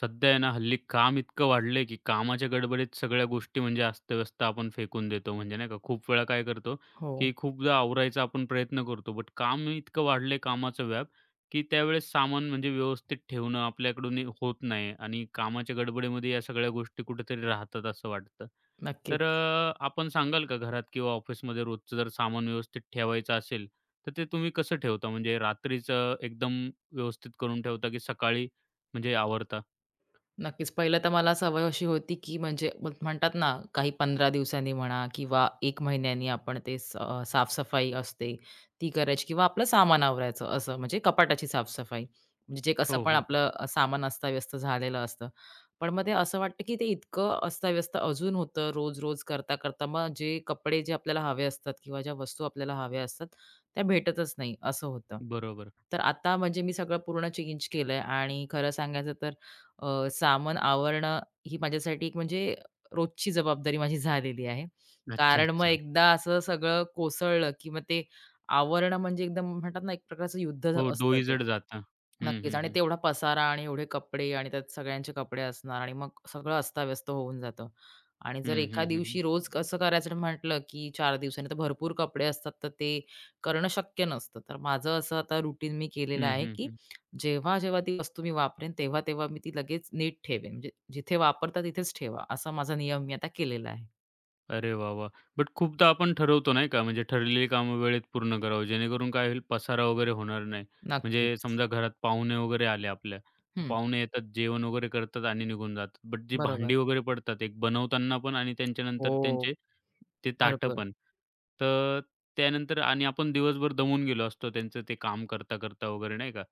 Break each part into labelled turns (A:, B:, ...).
A: सध्या आहे ना हल्ली काम इतकं वाढलंय, की कामाच्या गडबडीत सगळ्या गोष्टी म्हणजे अस्तव्यस्त आपण फेकून देतो. म्हणजे नाही का, खूप वेळा काय करतो,
B: हो.
A: की खूपदा आवरायचा आपण प्रयत्न करतो. बट काम इतकं वाढलंय कामाचं व्याप, की त्यावेळेस सामान म्हणजे व्यवस्थित ठेवणं आपल्याकडून हे होत नाही आणि कामाच्या गडबडीमध्ये या सगळ्या गोष्टी कुठेतरी राहतात असं वाटतं. तर
B: नक्कीच,
A: आपण सांगाल का घरात किंवा ऑफिसमध्ये रोजचं जर सामान व्यवस्थित ठेवायचं असेल, तर ते तुम्ही कसं ठेवता? म्हणजे रात्रीचं एकदम व्यवस्थित करून ठेवता, की सकाळी म्हणजे आवरता?
B: नक्कीच. पहिलं तर मला सवय अशी होती, की म्हणजे मग म्हणतात ना, काही 15 दिवसांनी म्हणा किंवा 1 महिन्यानी आपण ते साफ असते, ती करायची किंवा आपलं सामान आवरायचं असं, म्हणजे कपाटाची साफ-सफाई. म्हणजे जे कसं
A: हो,
B: पण
A: हो.
B: आपलं सामान अस्ताव्यस्त झालेलं असतं. पण मग ते असं वाटतं, की ते इतकं अस्ताव्यस्त अजून होतं रोज-रोज करता-करता. मग जे कपडे जे आपल्याला हवे असतात किंवा ज्या वस्तू आपल्याला हव्या असतात, त्या भेटतच नाही असं होतं.
A: बरोबर.
B: तर आता म्हणजे मी सगळं पूर्ण चेंज केलंय आणि खरं सांगायचं तर सामान आवरणं ही माझ्यासाठी एक म्हणजे रोजची जबाबदारी माझी झालेली आहे.
A: अच्छा,
B: कारण मग
A: अच्छा.
B: एकदा असं सगळं कोसळलं, की मग ते आवरणं म्हणजे एकदम म्हणतात ना, एक प्रकारचं युद्ध
A: हो,
B: असतं ते.
A: डोईजड जातं. हं,
B: नक्कीच
A: हं,
B: आणि
A: हं.
B: तेवढा पसारा आणि एवढे कपडे आणि त्यात सगळ्यांचे कपडे असणार आणि मग सगळं अस्ताव्यस्त होऊन जातं. आणि जर
A: हं,
B: एका
A: हं, हं, हं.
B: दिवशी रोज कसं करायचं म्हटलं, की 4 दिवसांनी तर भरपूर कपडे असतात, तर ते करणं शक्य नसतं. तर माझं असं आता रुटीन मी केलेलं
A: हं,
B: आहे,
A: हं,
B: की
A: हं.
B: जेव्हा-जेव्हा ती वस्तू मी वापरेन, तेव्हा-तेव्हा मी ती लगेच नीट ठेवेन. म्हणजे जिथे वापरता तिथेच ठेवा, असा माझा नियम मी आता केलेला आहे.
A: अरे वाह, वाह! बट खूपदा आपण ठरवतो नाही का, म्हणजे ठरलेली कामं वेळेत पूर्ण करावं, जेणेकरून काय होईल पसारा वगैरे होणार नाही. म्हणजे
B: नक्कीच.
A: समजा घरात पाहुणे वगैरे आले आपल्या, तर
B: हं,
A: पाहुणे येतात, जेवण वगैरे करतात आणि निघून जातात. बट जी
B: बरोबर.
A: भांडी वगैरे पडतात, एक बनवताना पण आणि त्यांच्यानंतर
B: हो,
A: त्यांचे ते ताटं
B: बरोबर.
A: पण. तर त्यानंतर आणि आपण दिवसभर दमून गेलो असतो त्यांचं ते काम करता-करता वगैरे नाही का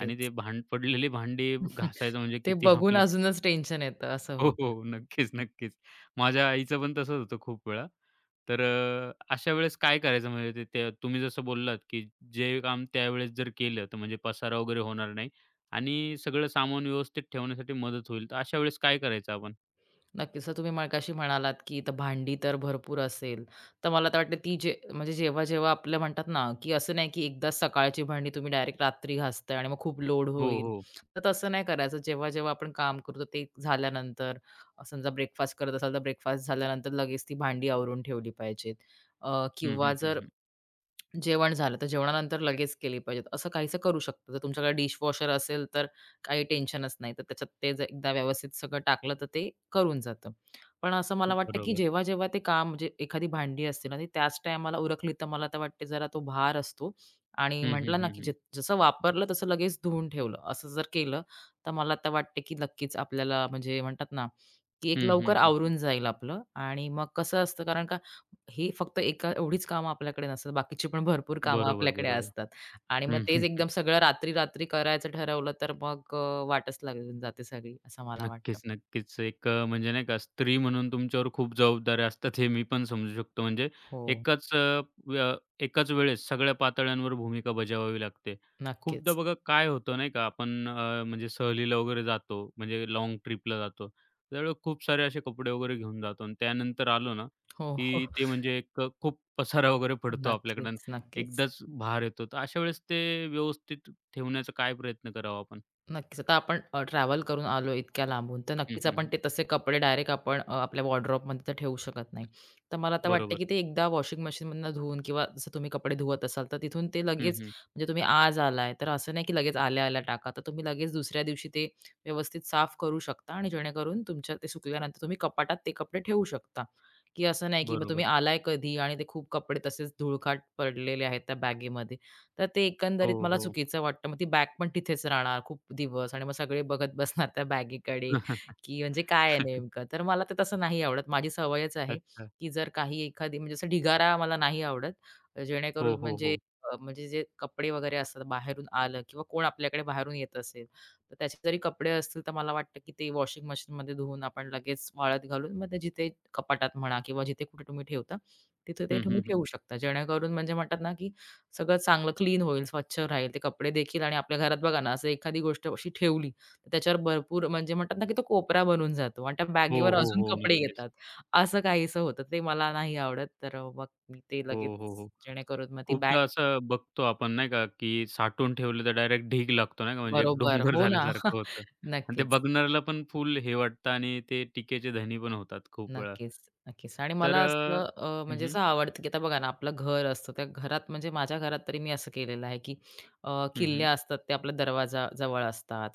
A: आणि ते पडलेली भांडी घासायचं म्हणजे
B: ते
A: किती
B: बघून अजूनच टेन्शन येतं, असं
A: हो, हो. नक्कीच, नक्कीच. माझ्या आईचं पण तसंच होतं खूप वेळा. तर अशा वेळेस काय करायचं म्हणजे ते त्या तुम्ही जसं बोललात, की जे काम त्यावेळेस जर केलं, तर म्हणजे पसारा वगैरे होणार नाही आणि सगळं सामान व्यवस्थित ठेवण्यासाठी मदत होईल. तर अशा वेळेस काय करायचं आपण?
B: नक्कीच. तर तुम्ही मगाशी म्हणालात, की इथं भांडी तर भरपूर असेल. तर मला तर वाटतं ती जे म्हणजे जेव्हा-जेव्हा आपलं म्हणतात ना, की असं नाही की एकदाच सकाळची भांडी तुम्ही डायरेक्ट रात्री घासताय आणि मग खूप लोड
A: हो,
B: होईल.
A: हो.
B: तर तसं नाही करायचं. जेव्हा-जेव्हा आपण काम करतो ते झाल्यानंतर समजा ब्रेकफास्ट करत असाल, तर ब्रेकफास्ट झाल्यानंतर लगेच ती भांडी आवरून ठेवली पाहिजेत.
A: हं,
B: किंवा
A: हं, हं,
B: जर
A: हं.
B: जेवण झालं, तर जेवणानंतर लगेच केली पाहिजेत, असं काहीसं करू शकतो. जर तुमच्याकडे डिशवॉशर असेल, तर काही टेन्शनच नाही. तर त्याच्यात ते जर एकदा व्यवस्थित सगळं टाकलं, तर ते करून जातं. पण असं मला वाटतं, की
A: बरोबर.
B: जेव्हा-जेव्हा ते काम म्हणजे एखादी भांडी असतील आणि त्याच टायमाला उरकली, तर मला तर वाटते जरा तो भार असतो आणि
A: हं, हं,
B: म्हटलं ना,
A: हं,
B: की
A: हं.
B: जसं वापरलं तसं लगेच धुवून ठेवलं, असं जर केलं, तर मला तर वाटते, की नक्कीच आपल्याला म्हणजे म्हणतात ना, की एक
A: हं,
B: लवकर
A: हं, हं,
B: आवरून जाईल आपलं आणि मग कसं असतं कारण हे फक्त एका एवढीच कामं आपल्याकडे नसतात. बाकीची पण भरपूर कामं
A: बरोबर,
B: आपल्याकडे
A: बरोबर.
B: असतात आणि मग
A: हं,
B: तेच
A: हं.
B: एकदम सगळं रात्री-रात्री करायचं ठरवलं तर मग वाटच लागून जाते सगळी, असं मला वाटतं.
A: नक्कीच, नक्कीच. एक म्हणजे नाही का स्त्री म्हणून तुमच्यावर खूप जबाबदाऱ्या असतात हे मी पण समजू शकतो. म्हणजे
B: हो,
A: एकाच अ, व्य एकाच वेळेस सगळ्या पातळ्यांवर भूमिका बजावावी लागते. खूपदा
B: नक्कीच.
A: बघा काय होतं नाही का आपण म्हणजे सहलीला वगैरे जातो, म्हणजे लाँग ट्रिपला जातो. त्यावेळेस खूप सारे असे कपडे वगैरे घेऊन जातो आणि त्यानंतर आलो ना,
B: हो, हो.
A: की ते म्हणजे एक खूप पसारा वगैरे पडतो आपल्याकडे आणि
B: नक्कीच, नक्कीच.
A: एकदाच भार येतो. तर अशा वेळेस ते व्यवस्थित ठेवण्याचा काय प्रयत्न करावा आपण?
B: नक्कीच. आता आपण ट्रॅव्हल करून आलो इतक्या लांबून, तर
A: हं,
B: नक्कीच
A: हं,
B: आपण ते
A: हं.
B: तसे कपडे डायरेक्ट आपण आपल्या वॉर्डरोबमध्ये तर ठेवू शकत नाही. तर मला आता वाटतं,
A: बरोबर.
B: की ते एकदा वॉशिंग मशीनमधनं धुवून किंवा जसं तुम्ही कपडे धुवत असाल, तर तिथून ते
A: हं,
B: लगेच
A: हं.
B: म्हणजे तुम्ही आज आलाय, तर असं नाही, की लगेच आल्या-आल्या टाका. तर तुम्ही लगेच दुसऱ्या दिवशी ते व्यवस्थित साफ करू शकता आणि जेणेकरून तुमच्या ते सुकल्यानंतर तुम्ही कपाटात ते कपडे ठेवू शकता, की असं नाही, की मग
A: बरोबर.
B: तुम्ही आलाय कधी आणि ते खूप कपडे तसेच धुळखाट पडलेले आहेत त्या बॅगेमध्ये. तर ते
A: हो,
B: एकंदरीत मला
A: हो.
B: चुकीचं वाटतं. मग ती बॅग पण तिथेच राहणार खूप दिवस आणि मग सगळे बघत बसणार त्या बॅगेकडे, की म्हणजे काय आहे नेमकं? तर मला ते तसं नाही आवडत. माझी सवयच आहे,
A: अच्छा.
B: की जर काही एखादी म्हणजे असं ढिगारा मला नाही आवडत.
A: हो,
B: जेणेकरून
A: हो,
B: म्हणजे
A: हो.
B: म्हणजे जे कपडे वगैरे असतात बाहेरून आलं किंवा कोण आपल्याकडे बाहेरून येत असेल, तर त्याचे जरी कपडे असतील, तर मला वाटतं की ते वॉशिंग मशीनमध्ये धुवून आपण लगेच वाळत घालून मग ते जिथे कपाटात म्हणा किंवा जिथे कुठे तुम्ही ठेवता, तिथे ते
A: हं,
B: तुम्ही
A: हं, हं.
B: ठेवू शकता. जेणेकरून म्हणजे म्हणतात ना, की सगळं चांगलं क्लीन होईल, स्वच्छ राहील ते कपडे देखील आणि आपल्या घरात बघा ना, असं एखादी गोष्ट अशी ठेवली, तर त्याच्यावर भरपूर म्हणजे म्हणतात ना, की तो कोपरा बनून जातो आणि त्या
A: हो,
B: बॅगेवर
A: हो,
B: अजून
A: हो.
B: कपडे
A: नक्कीच.
B: येतात. असं काहीसं होतं. ते मला नाही आवडत. तर मग मी ते
A: हो,
B: लगेच
A: हो, हो.
B: जेणेकरून मग ती बॅग
A: खूपदा असं बघतो आपण नाही का, की साठवून ठेवलं तर डायरेक्ट ढीग लागतो नाही का, म्हणजे एक
B: बरोबर.
A: डोंगर
B: हो ना.
A: झाल्यासारखं होतं. आणि ते
B: नक्कीच.
A: बघणाऱ्याला पण फुल हे वाटतं आणि ते टीकेचे धनी पण होतात खूप वेळा.
B: नक्कीच, नक्कीच. आणि
A: तर
B: मला असं
A: हं,
B: म्हणजे
A: हं.
B: असं आवडतं, की आता बघा ना, आपलं घर असतं. त्या घरात म्हणजे माझ्या घरात तरी मी असं केलेलं आहे, की
A: हं, हं.
B: किल्ल्या असतात ते आपल्या दरवाजाजवळ असतात.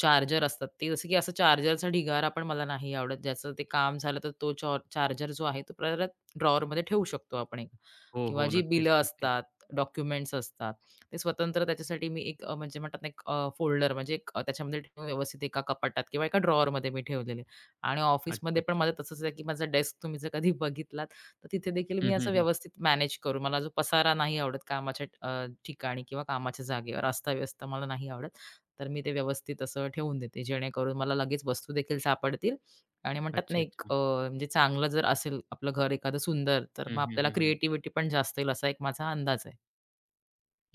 B: चार्जर असतात ते जसं की असं चार्जरचा ढिगारा पण मला नाही आवडत. ज्याचं ते काम झालं तर तो चार्जर जो आहे तो परत ड्रॉवरमध्ये ठेवू शकतो आपण एक
A: हो,
B: किंवा
A: हो.
B: जी
A: नक्कीच,
B: बिलं
A: नक्कीच.
B: असतात, डॉक्युमेंट्स असतात, ते स्वतंत्र त्याच्यासाठी मी एक म्हणजे म्हणतात ना, एक फोल्डर म्हणजे एक त्याच्यामध्ये ठेवून व्यवस्थित एका कपाटात किंवा एका ड्रॉवरमध्ये मी ठेवलेले. आणि
A: अच्छा,
B: ऑफिसमध्ये पण
A: अच्छा.
B: माझं तसंच आहे, की माझा डेस्क तुम्ही जर कधी बघितलात, तर तिथे देखील मी
A: हं, हं,
B: असं
A: हं.
B: व्यवस्थित मॅनेज करू. मला जो पसारा नाही आवडत कामाच्या ठिकाणी किंवा कामाच्या जागेवर अस्ताव्यस्त मला नाही आवडत. तर मी ते व्यवस्थित असं ठेवून देते, जेणेकरून मला लगेच वस्तू देखील सापडतील आणि म्हणतात ना,
A: अच्छा,
B: एक
A: अच्छा.
B: म्हणजे चांगलं जर असेल आपलं घर एखादं सुंदर, तर
A: हं,
B: मग
A: हं,
B: आपल्याला
A: हं, हं.
B: क्रिएटिव्हिटी पण जास्त येईल, असा एक माझा अंदाज आहे.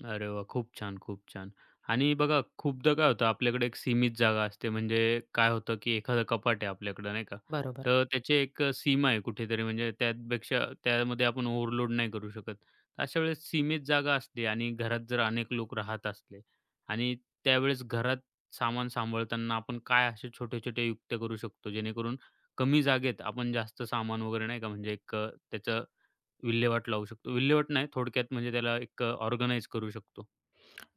A: अरे वाह! खूप छान, खूप छान. आणि बघा खूपदा काय होतं आपल्याकडे एक सीमित जागा असते. म्हणजे काय होतं, की एखादं कपाट आहे आपल्याकडं नाही का?
B: बरोबर.
A: तर त्याची एक सीमा आहे कुठेतरी म्हणजे त्यापेक्षा त्यामध्ये आपण ओव्हरलोड नाही करू शकत. अशा वेळेस सीमित जागा असते आणि घरात जर अनेक लोक राहत असले आणि त्यावेळेस घरात सामान सांभाळताना आपण काय असे छोटे-छोटे युक्त्या करू शकतो, जेणेकरून कमी जागेत आपण जास्त सामान वगैरे नाही का म्हणजे एक त्याचं विल्हेवाट लावू शकतो. विल्हेवाट नाही, थोडक्यात म्हणजे त्याला एक ऑर्गनाइज करू शकतो.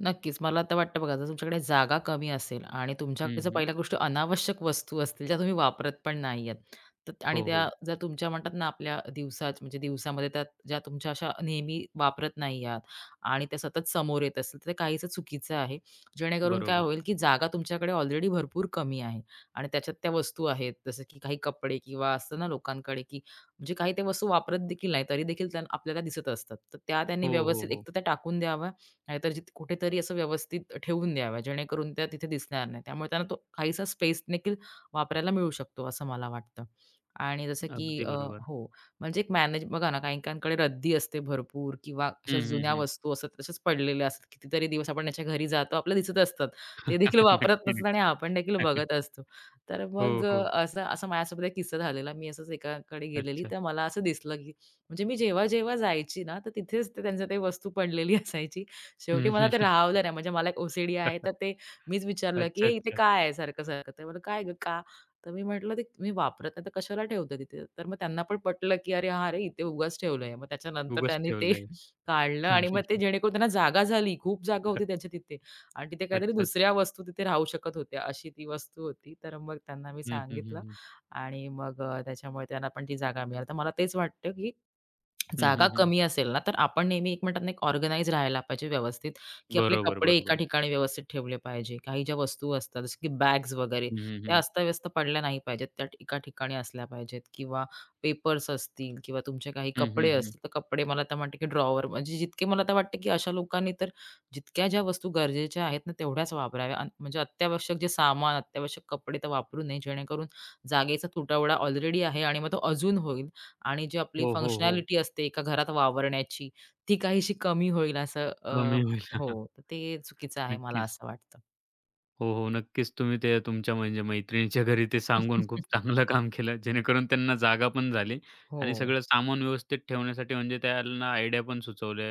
B: नक्कीच. मला तर वाटतं बघा, जर तुमच्याकडे जागा कमी असेल आणि तुमच्याकडे जर
A: हं, हं.
B: पहिल्या गोष्ट अनावश्यक वस्तू असतील, ज्या तुम्ही वापरत पण नाही आहेत. तर आणि
A: हो,
B: त्या
A: हो.
B: जर तुमच्या म्हणतात ना, आपल्या दिवसात म्हणजे दिवसामध्ये त्या ज्या तुमच्या अशा नेहमी वापरत नाही आहात आणि त्या सतत समोर येत असतील, तर ते काहीसं चुकीचं आहे. जेणेकरून काय
A: बरोबर.
B: होईल, की जागा तुमच्याकडे ऑलरेडी भरपूर कमी आहे आणि त्याच्यात त्या वस्तू आहेत. जसं की काही कपडे किंवा असतं ना लोकांकडे, की म्हणजे काही त्या वस्तू वापरत देखील नाही, तरी देखील त्या आपल्याला दिसत असतात. तर त्या त्यांनी
A: हो, हो,
B: व्यवस्थित
A: हो.
B: एकतर त्या टाकून द्याव्या नाहीतर जिथे कुठेतरी असं व्यवस्थित ठेवून द्याव्या, जेणेकरून त्या तिथे दिसणार नाही. त्यामुळे त्यांना तो काहीसा स्पेस देखील वापरायला मिळू शकतो, असं मला वाटतं. आणि जसं की
A: अगदी बरोबर.
B: हो, म्हणजे एक मॅनेज बघा ना, काही-काहींकडे रद्दी असते भरपूर किंवा अशा
A: हं, हं,
B: जुन्या
A: हं.
B: वस्तू असतात, तशाच पडलेल्या असतात. कितीतरी दिवस आपण त्याच्या घरी जातो, आपल्याला दिसत असतात. ते देखील वापरत
A: नक्की,
B: नसतात आणि आपण देखील
A: नक्की.
B: बघत असतो. तर मग
A: हो, हो.
B: असं असं माझ्यासोबत एक किस्सा झालेला. मी असंच एकाकडे गेलेली,
A: अच्छा.
B: तर मला असं दिसलं, की म्हणजे मी जेव्हा-जेव्हा जायची ना, तर तिथेच ते त्यांच्या ते वस्तू पडलेली असायची शेवटी
A: हं,
B: मला
A: हं,
B: ते
A: हं.
B: राहवलं नाही. म्हणजे मला एक ओ-सी-डी आहे, तर ते मीच विचारलं, की
A: अच्छा,
B: "हे इथे
A: अच्छा.
B: काय आहे सारखं-सारखं?" ते म्हणले, "काय गं का?" तर मी म्हटलं, "ते मी वापरत नाही, तर कशाला ठेवते तिथे?" तर मग त्यांना पण पटलं, की "अरे हां, अरे इथे उगाच ठेवलंय." मग त्याच्यानंतर
A: उगाच
B: त्यांनी ते
A: ठेवलंय.
B: काढलं
A: हं,
B: आणि
A: हं,
B: मग ते
A: हं.
B: जेणेकरून त्यांना जागा झाली. खूप जागा होती त्यांच्या तिथे आणि तिथे काहीतरी
A: अच्छा, अच्छा.
B: दुसऱ्या वस्तू तिथे राहू शकत होत्या, अशी ती वस्तू होती. तर मग त्यांना मी
A: हं, हं, हं,
B: सांगितलं
A: हं.
B: आणि मग त्याच्यामुळे त्यांना पण ती जागा मिळाली. तर मला तेच वाटतं, की
A: हं,
B: जागा
A: हं, हं.
B: कमी असेल ना, तर आपण नेहमी एक म्हणतात ना, एक ऑर्गनाइज राहायला पाहिजे व्यवस्थित, की आपले
A: बरोबर,
B: कपडे एका
A: बरोबर.
B: ठिकाणी व्यवस्थित ठेवले पाहिजे. काही ज्या वस्तू असतात, जसं की बॅग्स वगैरे,
A: हं, हं,
B: त्या
A: हं.
B: अस्ताव्यस्त पडल्या नाही पाहिजेत. त्या एका ठिकाणी असल्या पाहिजेत किंवा पेपर्स असतील किंवा तुमचे काही
A: हं,
B: कपडे
A: हं, हं.
B: असतील, तर कपडे मला तर वाटतं, की ड्रॉवर म्हणजे जितके मला तर वाटतं, की अशा लोकांनी तर जितक्या ज्या वस्तू गरजेच्या आहेत ना, तेवढ्याच वापराव्या. अन् म्हणजे अत्यावश्यक जे सामान, अत्यावश्यक कपडे तर वापरू नये, जेणेकरून जागेचा तुटवडा ऑलरेडी आहे आणि मग तो अजून होईल. आणि जी आपली
A: हो, हो, हो.
B: फंक्शनॅलिटी असते एका घरात वावरण्याची, ती काहीशी कमी होईल असं
A: कमी होईल.
B: हो, तर ते चुकीचं आहे मला
A: नक्कीच.
B: असं वाटतं.
A: हो, हो. नक्कीच तुम्ही ते तुमच्या म्हणजे मैत्रिणीच्या घरी ते सांगून खूप चांगलं काम केलं. जेणेकरून त्यांना जागा पण झाली
B: हो,
A: आणि सगळं सामान व्यवस्थित ठेवण्यासाठी म्हणजे त्यांना आयडिया पण सुचवल्या.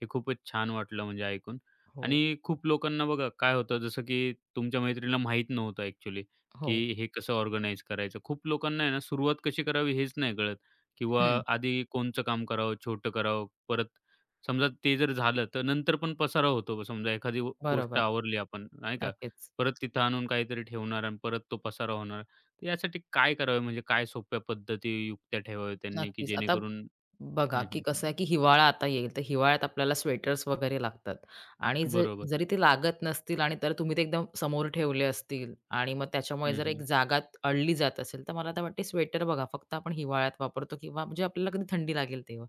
A: हे खूपच छान वाटलं म्हणजे ऐकून.
B: हो,
A: आणि खूप लोकांना बघा काय होतं जसं की तुमच्या मैत्रिणीला माहीत नव्हतं ॲक्चुअली,
B: हो.
A: की हे कसं ऑर्गनाइज करायचं. खूप लोकांना आहे ना सुरुवात कशी करावी हेच नाही कळत किंवा
B: हं,
A: आधी कोणचं काम करावं, छोटं करावं. परत समजा ते जर झालं तर नंतर पण पसारा होतो. समजा एखादी गोष्ट
B: बरोबर.
A: आवरली आपण नाही का?
B: नक्कीच.
A: परत तिथं आणून काहीतरी ठेवणार आणि परत तो पसारा होणार. तर यासाठी काय करावं म्हणजे काय सोप्या पद्धती, युक्त्या ठेवाव्या त्यांनी, की
B: नक्कीच. आता
A: जेणेकरून
B: बघा,
A: हं,
B: की
A: हं.
B: कसं आहे, की हिवाळा आता येईल, तर हिवाळ्यात आपल्याला स्वेटर्स वगैरे लागतात आणि
A: बरोबर.
B: जरी ते लागत नसतील आणि तर तुम्ही ते एकदम समोर ठेवले असतील आणि मग त्याच्यामुळे
A: हं,
B: जर एक
A: हं.
B: जागा अडली जात असेल, तर मला तर वाटते स्वेटर बघा फक्त आपण हिवाळ्यात वापरतो किंवा म्हणजे आपल्याला कधी थंडी लागेल तेव्हा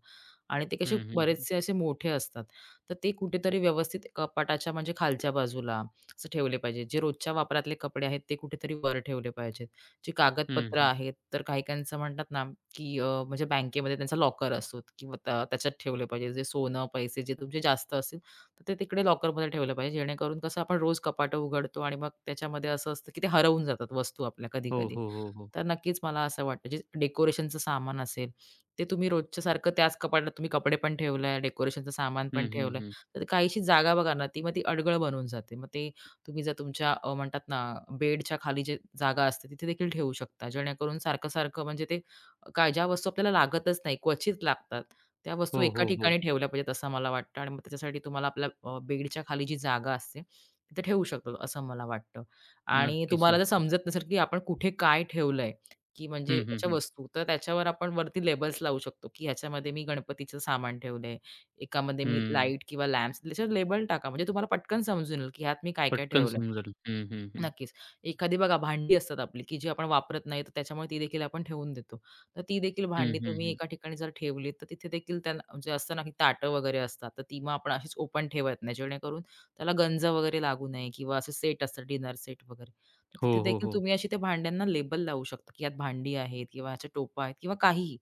B: आणि ते कसे
A: हं, हं, हं.
B: बरेचसे असे मोठे असतात. तर ते कुठेतरी व्यवस्थित कपाटाच्या म्हणजे खालच्या बाजूला असं ठेवले पाहिजे. जे रोजच्या वापरातले कपडे आहेत, ते कुठेतरी वर ठेवले पाहिजेत. जी
A: हं,
B: कागदपत्र
A: हं.
B: आहेत, तर काही-काहींचं म्हणतात ना, की म्हणजे बँकेमध्ये त्यांचा लॉकर असतो किंवा त्या त्याच्यात ठेवले पाहिजे. जे सोनं, पैसे जे तुमचे जास्त असतील, तर ते तिकडे लॉकरमध्ये ठेवलं पाहिजे. जेणेकरून कसं आपण रोज कपाटं उघडतो आणि मग त्याच्यामध्ये असं असतं, की ते हरवून जातात वस्तू आपल्या
A: हो,
B: कधी-कधी.
A: हो, हो, हो.
B: तर नक्कीच मला असं वाटतं, जे डेकोरेशनचं सामान असेल, ते तुम्ही रोजच्या सारखं त्याच कपाटात तुम्ही कपडे पण ठेवलंय, डेकोरेशनचं सामान पण
A: हं, हं,
B: ठेवलंय,
A: हं.
B: तर काहीशी जागा बघा ना, ती मग ती अडगळ बनून जाते. मग ते तुम्ही जर तुमच्या म्हणतात ना, बेडच्या खाली जे जागा असते, तिथे देखील ठेवू शकता. जेणेकरून सारखं-सारखं म्हणजे ते काय ज्या वस्तू आपल्याला लागतच नाही, क्वचित लागतात, त्या वस्तू
A: हो,
B: एका
A: हो, हो.
B: ठिकाणी ठेवल्या पाहिजेत, असं मला वाटतं. आणि मग त्याच्यासाठी तुम्हाला आपल्या बेडच्या खाली जी जागा असते, तिथे ठेवू शकतो, असं मला वाटतं. आणि
A: नक्कीच,
B: तुम्हाला जर
A: नक्कीच.
B: समजत नसेल, की आपण कुठे काय ठेवलंय, की म्हणजे
A: हं, हं,
B: अशा
A: हं.
B: वस्तू, तर त्याच्यावर आपण वरती लेबल्स लावू शकतो, की ह्याच्यामध्ये मी गणपतीचं सामान ठेवलंय, एकामध्ये मी
A: हं.
B: लाईट किंवा लॅम्प्स त्याच्यावर लेबल टाका. म्हणजे तुम्हाला पटकन समजून येईल, की ह्यात मी काय-काय
A: पटकन
B: ठेवलंय.
A: समजेल. हं, हं, हं.
B: नक्कीच. एखादी बघा भांडी असतात आपली, की जी आपण वापरत नाही, तर त्याच्यामुळे ती देखील आपण ठेवून देतो. तर ती देखील
A: हं,
B: भांडी
A: हं,
B: तुम्ही
A: हं.
B: एका ठिकाणी जर ठेवली, तर तिथे देखील त्यांना म्हणजे असतं ना, की ताटं वगैरे असतात, तर ती मग आपण अशीच ओपन ठेवत नाही, जेणेकरून त्याला गंज वगैरे लागू नये किंवा असे सेट असतात डिनर सेट वगैरे. तर
A: हो,
B: तिथे
A: हो,
B: देखील
A: हो.
B: तुम्ही अशी त्या भांड्यांना लेबल लावू शकता, की यात भांडी आहेत किंवा ह्याच्या टोपा आहेत किंवा काहीही,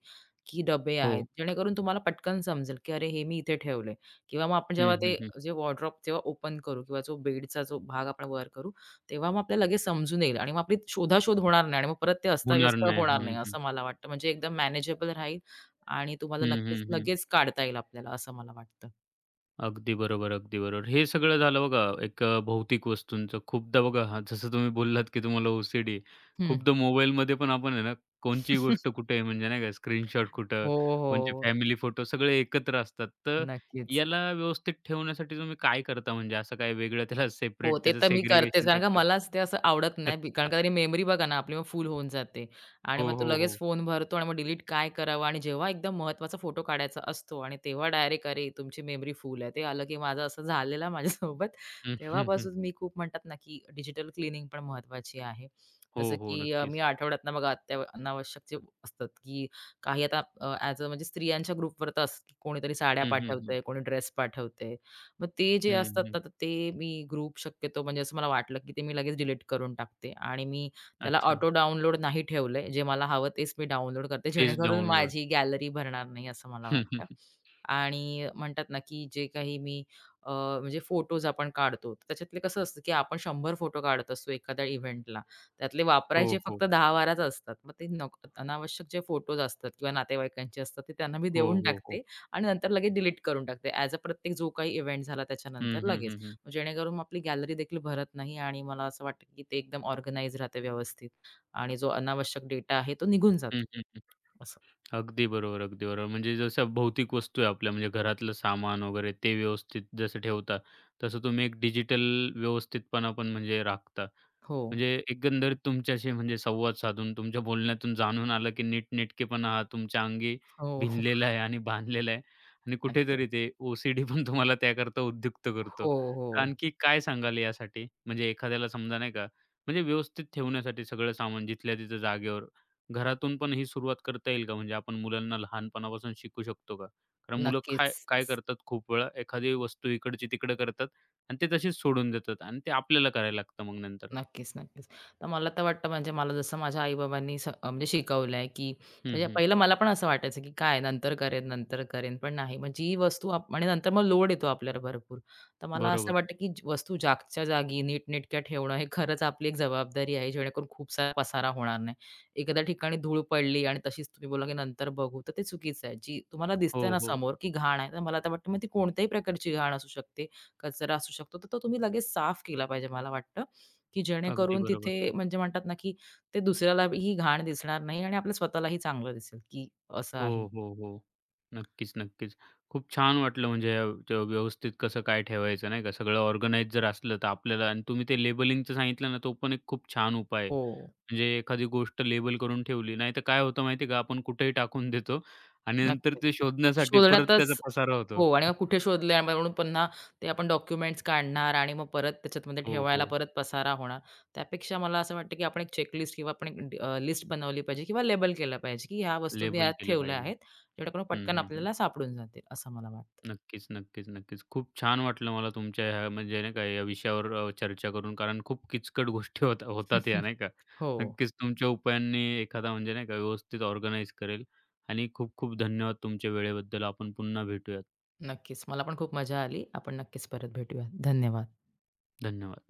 B: की डबे आहेत,
A: हो.
B: जेणेकरून तुम्हाला पटकन समजेल, की अरे हे मी इथे ठेवलंय किंवा मग आपण
A: हं,
B: जेव्हा ते
A: हं, हं.
B: जे वॉर्डरोब तेव्हा ओपन करू किंवा जो बेडचा जो भाग आपण वर करू, तेव्हा मग आपल्याला लगेच समजून येईल आणि मग आपली शोधाशोध होणार नाही आणि मग परत ते
A: होणार
B: अस्ताव्यस्त
A: नाही.
B: होणार नाही,
A: हं, हं.
B: असं मला वाटतं. म्हणजे एकदम मॅनेजेबल राहील आणि तुम्हाला
A: हं,
B: नक्कीच
A: हं, हं.
B: लगेच काढता येईल आपल्याला, असं मला वाटतं.
A: अगदी बरोबर, अगदी बरोबर. हे सगळं झालं बघा एक भौतिक वस्तूंचं. खूपदा बघा हां, जसं तुम्ही बोललात, की तुम्हाला ओ-सी-डी आहे.
B: हं.
A: खूपदा मोबाईलमध्ये पण आपण आहे ना, कोणची गोष्ट कुठे आहे म्हणजे नाही का स्क्रीनशॉट कुठं,
B: हो,
A: कोणचे
B: हो.
A: फॅमिली फोटो सगळे एकत्र असतात. तर
B: नक्कीच.
A: याला व्यवस्थित ठेवण्यासाठी तुम्ही काय करता म्हणजे असं काय वेगळं त्याला
B: हो,
A: सेपरेट
B: ते
A: त्याचं
B: तर मी करतेच.
A: सेग्रिगेशन
B: कारण का
A: करता? का?
B: मलाच ते असं आवडत नाही बी कारण
A: अच्छा.
B: का तरी मेमरी बघा ना आपली मग फुल होऊन जाते आणि मग
A: हो,
B: तो
A: हो,
B: लगेच
A: हो.
B: फोन भरतो आणि मग डिलीट काय करावं आणि जेव्हा एकदम महत्वाचा फोटो काढायचा असतो आणि तेव्हा डायरेक्ट अरे, तुमची मेमरी फुल आहे. ते आलं की माझं असं झालेलं माझ्यासोबत.
A: हं, हं, हं.
B: तेव्हापासून मी खूप म्हणतात ना की डिजिटल क्लीनिंग पण महत्त्वाची आहे.
A: हो,
B: जसं
A: हो.
B: की मी
A: नक्कीच.
B: आठवड्यातनं बघा अनावश्यक जे असतात की काही आता ॲज अ म्हणजे स्त्रियांच्या ग्रुपवर तर असतं की कोणीतरी साड्या
A: हं, हं, हं.
B: पाठवतंय, कोणी ड्रेस पाठवतंय. मग ते जे
A: हं,
B: असतात
A: हं.
B: ना, तर ते मी ग्रुप शक्यतो म्हणजे असं मला वाटलं, की ते मी लगेच डिलीट करून टाकते आणि मी त्याला
A: अच्छा.
B: ऑटो डाउनलोड नाही ठेवलंय. जे मला हवं तेच मी डाउनलोड करते,
A: तेच
B: जेणेकरून
A: डाउनलोड.
B: माझी गॅलरी भरणार नाही असं मला वाटतं. आणि म्हणतात ना, की जे काही मी अ, म्हणजे फोटोज आपण काढतो, तर त्याच्यातले कसं असतं, की आपण 100 फोटो काढत असतो एखाद्या इव्हेंटला. त्यातले
A: हो,
B: वापरायचे
A: हो.
B: फक्त 10-12च असतात. मग ते नको अनावश्यक जे फोटोज असतात किंवा नातेवाईकांचे असतात, ते त्यांना मी
A: हो,
B: देऊन
A: हो, हो.
B: टाकते. आणि नंतर लगेच डिलीट करून टाकते ॲज अ प्रत्येक जो काही इव्हेंट झाला
A: हं,
B: त्याच्यानंतर
A: हं,
B: लगेच.
A: हं, हं.
B: मग जेणेकरून मग आपली गॅलरी देखील भरत नाही आणि मला असं वाटतं की ते एकदम ऑर्गनाइज राहते व्यवस्थित आणि जो अनावश्यक डेटा आहे तो निघून
A: हं,
B: जातो.
A: हं, हं.
B: असं.
A: अगदी बरोबर, अगदी बरोबर. म्हणजे जसं भौतिक वस्तू आहे आपल्या म्हणजे घरातलं सामान वगैरे ते व्यवस्थित जसं ठेवता, तसं तुम्ही एक डिजिटल व्यवस्थितपणा पण म्हणजे राखता.
B: हो.
A: म्हणजे एकंदरीत तुमच्याशी म्हणजे संवाद साधून, तुमच्या बोलण्यातून जाणून आलं, की नीटनेटकेपणा हा तुमच्या अंगी
B: हो, हो.
A: भिनलेला आहे आणि बांधलेला आहे आणि
B: नक्की.
A: कुठेतरी ते ओ-सी-डी पण तुम्हाला त्याकरता उद्युक्त करतो.
B: हो,
A: तर
B: हो.
A: आणखी काय सांगाल यासाठी? म्हणजे एखाद्याला समजा नाही का, म्हणजे व्यवस्थित ठेवण्यासाठी सगळं सामान जिथल्या तिथं जागेवर, घरातून पण ही सुरुवात करता येईल का? म्हणजे आपण मुलांना लहानपणापासून शिकू शकतो का? कारण मुलं काय
B: नक्कीच.
A: काय करतात खूप वेळा एखादी वस्तू इकडची तिकडं करतात आणि ते तशीच सोडून देतात आणि ते आपल्याला करायला लागतं मग नंतर.
B: नक्कीच, नक्कीच. तर मला तर वाटतं म्हणजे मला जसं माझ्या आई-बाबांनी स अं म्हणजे शिकवलं आहे, की
A: हं,
B: म्हणजे
A: हं.
B: पहिलं मला पण असं वाटायचं, की काय नंतर करेन, नंतर करेन, पण नाही. मग जी वस्तू आप आणि नंतर मग लोड येतो आपल्याला भरपूर. तर मला असं
A: बरोबर.
B: वाटतं, की वस्तू जागच्या जागी नीटनेटक्या ठेवणं हे खरंच आपली एक जबाबदारी आहे, जेणेकरून खूप सारा पसारा होणार नाही. एखाद्या ठिकाणी धूळ पडली आणि तशीच तुम्ही बोलला, की नंतर बघू, तर ते चुकीचं आहे. जी तुम्हाला दिसतंय
A: हो,
B: ना
A: हो.
B: समोर, की घाण आहे, तर मला तर वाटतं मग ती कोणत्याही प्रकारची घाण असू शकते, कचरा असू शकतो, तर तो तुम्ही लगेच साफ केला पाहिजे मला वाटतं. की
A: अगदी
B: जेणेकरून
A: बरोबर.
B: तिथे म्हणजे म्हणतात ना, की ते दुसऱ्याला ही घाण दिसणार नाही आणि आपल्या स्वतःलाही चांगलं दिसेल, की असं
A: हो,
B: आहे.
A: हो, हो. नक्कीच, नक्कीच. खूप छान वाटलं म्हणजे ते व्यवस्थित कसं काय ठेवायचं नाही का, सगळं ऑर्गनाइज जर असलं तर आपल्याला आणि तुम्ही ते लेबलिंगचं सांगितलं ना, तो पण एक खूप छान उपाय आहे.
B: हो.
A: म्हणजे एखादी गोष्ट लेबल करून ठेवली, नाहीतर काय होतं माहिती आहे का, आपण कुठेही टाकून देतो आणि नंतर
B: नक्कीच.
A: ते शोधण्यासाठी परत त्याचा
B: शोधण्यातच
A: पसारा होतो.
B: हो आणि मग कुठे शोधले आणि म्हणून पुन्हा ते आपण डॉक्युमेंट्स काढणार आणि मग परत त्याच्यामध्ये
A: हो,
B: ठेवायला
A: हो.
B: परत पसारा होणार. त्यापेक्षा मला असं वाटतं, की आपण एक चेकलिस्ट किंवा आपण एक लिस्ट बनवली पाहिजे किंवा लेबल केलं पाहिजे, की ह्या वस्तू मी
A: लेबल
B: ह्यात
A: केलं
B: ठेवल्या
A: पाहिजे.
B: आहेत. जेणेकरून
A: हं,
B: पटकन
A: हं, हं.
B: आपल्याला सापडून जातील असं मला वाटतं.
A: नक्कीच, नक्कीच, नक्कीच. खूप छान वाटलं मला तुमच्या ह्या म्हणजे नाही का या विषयावर चर्चा करून कारण खूप किचकट गोष्टी होतात या नाही का.
B: हो,
A: नक्कीच तुमच्या उपायांनी एखादा म्हणजे नाही का व्यवस्थित ऑर्गनाइज करेल आणि खूप खूप धन्यवाद तुमच्या वेळेबद्दल. आपण पुन्हा भेटूयात.
B: नक्कीच. मला पण खूप मजा आली. आपण नक्कीच परत भेटूया. धन्यवाद.
A: धन्यवाद.